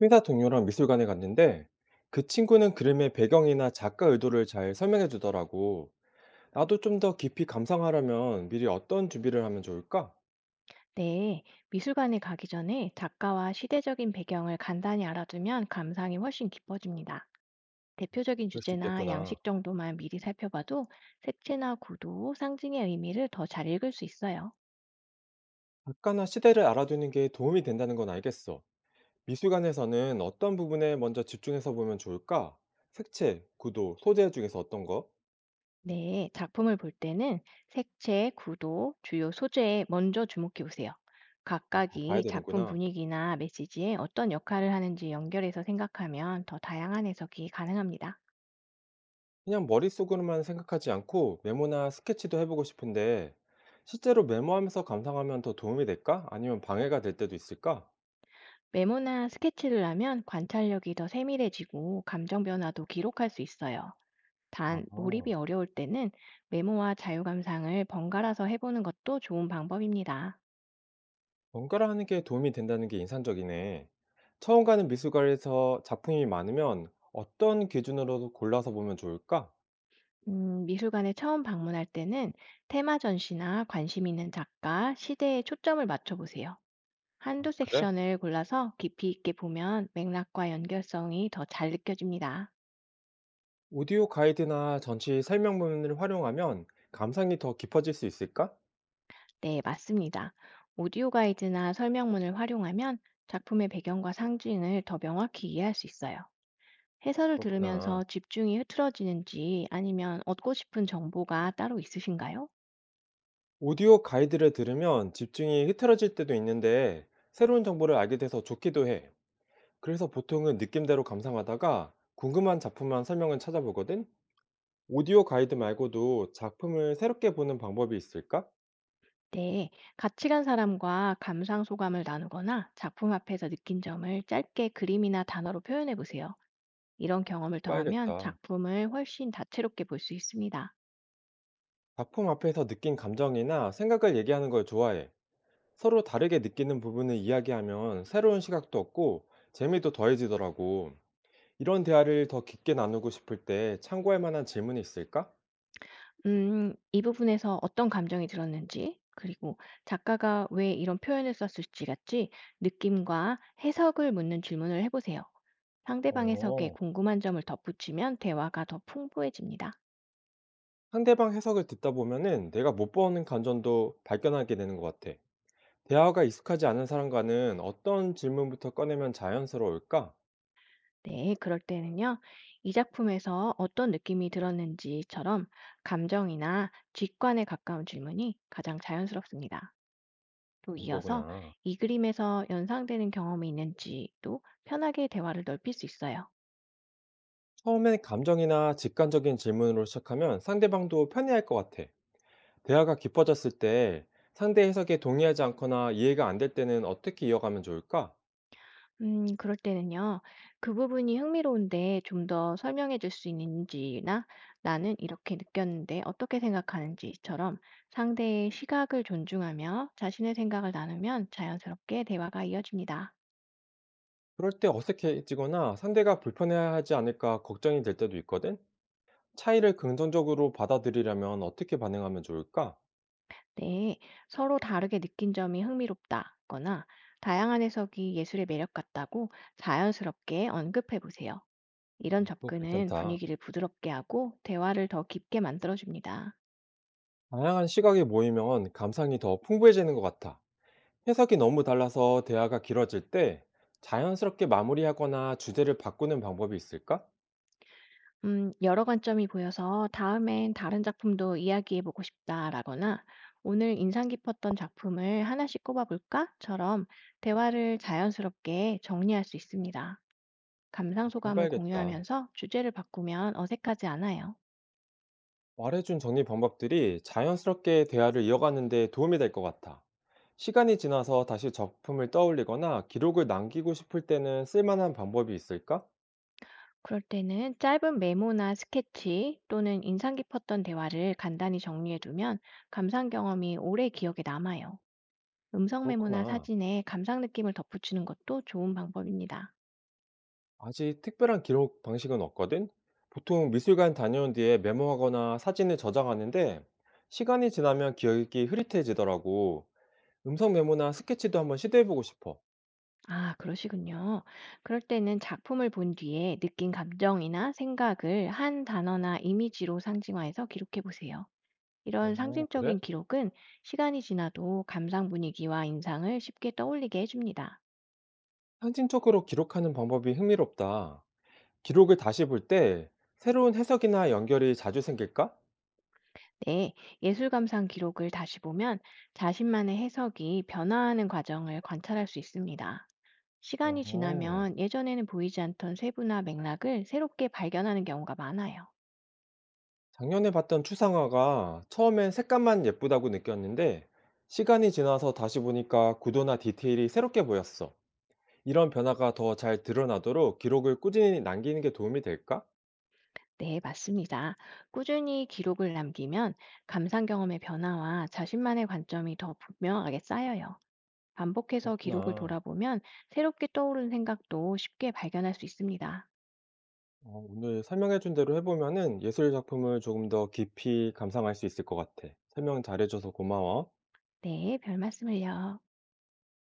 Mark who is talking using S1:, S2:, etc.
S1: 회사 동료랑 미술관에 갔는데 그 친구는 그림의 배경이나 작가 의도를 잘 설명해 주더라고. 나도 좀 더 깊이 감상하려면 미리 어떤 준비를 하면 좋을까?
S2: 네, 미술관에 가기 전에 작가와 시대적인 배경을 간단히 알아두면 감상이 훨씬 깊어집니다. 대표적인
S1: 그럴 수
S2: 주제나
S1: 있겠구나.
S2: 양식 정도만 미리 살펴봐도 색채나 구도, 상징의 의미를 더 잘 읽을 수 있어요.
S1: 작가나 시대를 알아두는 게 도움이 된다는 건 알겠어. 미술관에서는 어떤 부분에 먼저 집중해서 보면 좋을까? 색채, 구도, 소재 중에서 어떤 거?
S2: 네, 작품을 볼 때는 색채, 구도, 주요 소재에 먼저 주목해 보세요.
S1: 아, 다 봐야
S2: 각각이 작품
S1: 되는구나.
S2: 분위기나 메시지에 어떤 역할을 하는지 연결해서 생각하면 더 다양한 해석이 가능합니다.
S1: 그냥 머릿속으로만 생각하지 않고 메모나 스케치도 해보고 싶은데, 실제로 메모하면서 감상하면 더 도움이 될까? 아니면 방해가 될 때도 있을까?
S2: 메모나 스케치를 하면 관찰력이 더 세밀해지고 감정 변화도 기록할 수 있어요.
S1: 아,
S2: 단, 몰입이 어려울 때는 메모와 자유감상을 번갈아서 해보는 것도 좋은 방법입니다.
S1: 번갈아 하는 게 도움이 된다는 게 인상적이네. 처음 가는 미술관에서 작품이 많으면 어떤 기준으로 골라서 보면 좋을까?
S2: 미술관에 처음 방문할 때는 테마 전시나 관심 있는 작가, 시대에 초점을 맞춰보세요. 한두
S1: 그래?
S2: 섹션을 골라서 깊이 있게 보면 맥락과 연결성이 더 잘 느껴집니다.
S1: 오디오 가이드나 전시 설명문을 활용하면 감상이 더 깊어질 수 있을까?
S2: 네, 맞습니다. 오디오 가이드나 설명문을 활용하면 작품의 배경과 상징을 더 명확히 이해할 수 있어요. 해설을 들으면서
S1: 그렇구나.
S2: 집중이 흐트러지는지 아니면 얻고 싶은 정보가 따로 있으신가요?
S1: 오디오 가이드를 들으면 집중이 흐트러질 때도 있는데 새로운 정보를 알게 돼서 좋기도 해. 그래서 보통은 느낌대로 감상하다가 궁금한 작품만 설명을 찾아보거든? 오디오 가이드 말고도 작품을 새롭게 보는 방법이 있을까?
S2: 네, 같이 간 사람과 감상 소감을 나누거나 작품 앞에서 느낀 점을 짧게 그림이나 단어로 표현해 보세요. 이런 경험을 더하면
S1: 봐야겠다.
S2: 작품을 훨씬 다채롭게 볼 수 있습니다.
S1: 작품 앞에서 느낀 감정이나 생각을 얘기하는 걸 좋아해. 서로 다르게 느끼는 부분을 이야기하면 새로운 시각도 얻고 재미도 더해지더라고. 이런 대화를 더 깊게 나누고 싶을 때 참고할 만한 질문이 있을까?
S2: 이 부분에서 어떤 감정이 들었는지, 그리고 작가가 왜 이런 표현을 썼을지, 같이 느낌과 해석을 묻는 질문을 해 보세요. 상대방 해석에
S1: 어.
S2: 궁금한 점을 덧붙이면 대화가 더 풍부해집니다.
S1: 상대방 해석을 듣다 보면은 내가 못 보는 감정도 발견하게 되는 것 같아. 대화가 익숙하지 않은 사람과는 어떤 질문부터 꺼내면 자연스러울까?
S2: 네, 그럴 때는요. "이 작품에서 어떤 느낌이 들었는지?"처럼 감정이나 직관에 가까운 질문이 가장 자연스럽습니다. 또
S1: 그런
S2: 이어서
S1: 거구나.
S2: 이 그림에서 연상되는 경험이 있는지 또 편하게 대화를 넓힐 수 있어요.
S1: 처음엔 감정이나 직관적인 질문으로 시작하면 상대방도 편해할 것 같아. 대화가 깊어졌을 때 상대 해석에 동의하지 않거나 이해가 안 될 때는 어떻게 이어가면 좋을까?
S2: 그럴 때는요. 그 부분이 흥미로운데 좀 더 설명해 줄 수 있는지나 나는 이렇게 느꼈는데 어떻게 생각하는지처럼 상대의 시각을 존중하며 자신의 생각을 나누면 자연스럽게 대화가 이어집니다.
S1: 그럴 때 어색해지거나 상대가 불편해하지 않을까 걱정이 될 때도 있거든? 차이를 긍정적으로 받아들이려면 어떻게 반응하면 좋을까?
S2: 네, 서로 다르게 느낀 점이 흥미롭다거나 다양한 해석이 예술의 매력 같다고 자연스럽게 언급해 보세요. 이런
S1: 그거
S2: 접근은
S1: 괜찮다.
S2: 분위기를 부드럽게 하고 대화를 더 깊게 만들어줍니다.
S1: 다양한 시각이 모이면 감상이 더 풍부해지는 것 같아. 해석이 너무 달라서 대화가 길어질 때 자연스럽게 마무리하거나 주제를 바꾸는 방법이 있을까?
S2: 여러 관점이 보여서 다음엔 다른 작품도 이야기해보고 싶다라거나 오늘 인상 깊었던 작품을 하나씩 꼽아볼까?처럼 대화를 자연스럽게 정리할 수 있습니다. 감상
S1: 렇게
S2: 소감을
S1: 해봐야겠다.
S2: 공유하면서 주제를 바꾸면 어색하지 않아요.
S1: 말해준 정리 방법들이 자연스럽게 대화를 이어가는 데 도움이 될 것 같아. 시간이 지나서 다시 작품을 떠올리거나 기록을 남기고 싶을 때는 쓸만한 방법이 있을까?
S2: 그럴 때는 짧은 메모나 스케치 또는 인상 깊었던 대화를 간단히 정리해두면 감상 경험이 오래 기억에 남아요. 음성 메모나
S1: 그렇구나.
S2: 사진에 감상 느낌을 덧붙이는 것도 좋은 방법입니다.
S1: 아직 특별한 기록 방식은 없거든? 보통 미술관 다녀온 뒤에 메모하거나 사진을 저장하는데 시간이 지나면 기억이 흐릿해지더라고. 음성 메모나 스케치도 한번 시도해보고 싶어.
S2: 아, 그러시군요. 그럴 때는 작품을 본 뒤에 느낀 감정이나 생각을 한 단어나 이미지로 상징화해서 기록해 보세요. 이런
S1: 어,
S2: 상징적인
S1: 그래?
S2: 기록은 시간이 지나도 감상 분위기와 인상을 쉽게 떠올리게 해줍니다.
S1: 상징적으로 기록하는 방법이 흥미롭다. 기록을 다시 볼 때 새로운 해석이나 연결이 자주 생길까?
S2: 네, 예술 감상 기록을 다시 보면 자신만의 해석이 변화하는 과정을 관찰할 수 있습니다. 시간이
S1: 어.
S2: 지나면 예전에는 보이지 않던 세부나 맥락을 새롭게 발견하는 경우가 많아요.
S1: 작년에 봤던 추상화가 처음엔 색감만 예쁘다고 느꼈는데 시간이 지나서 다시 보니까 구도나 디테일이 새롭게 보였어. 이런 변화가 더 잘 드러나도록 기록을 꾸준히 남기는 게 도움이 될까?
S2: 네, 맞습니다. 꾸준히 기록을 남기면 감상 경험의 변화와 자신만의 관점이 더 분명하게 쌓여요. 반복해서 기록을
S1: 그렇구나.
S2: 돌아보면 새롭게 떠오른 생각도 쉽게 발견할 수 있습니다.
S1: 어, 오늘 설명해준 대로 해보면은 예술 작품을 조금 더 깊이 감상할 수 있을 것 같아. 설명 잘해줘서 고마워.
S2: 네, 별 말씀을요.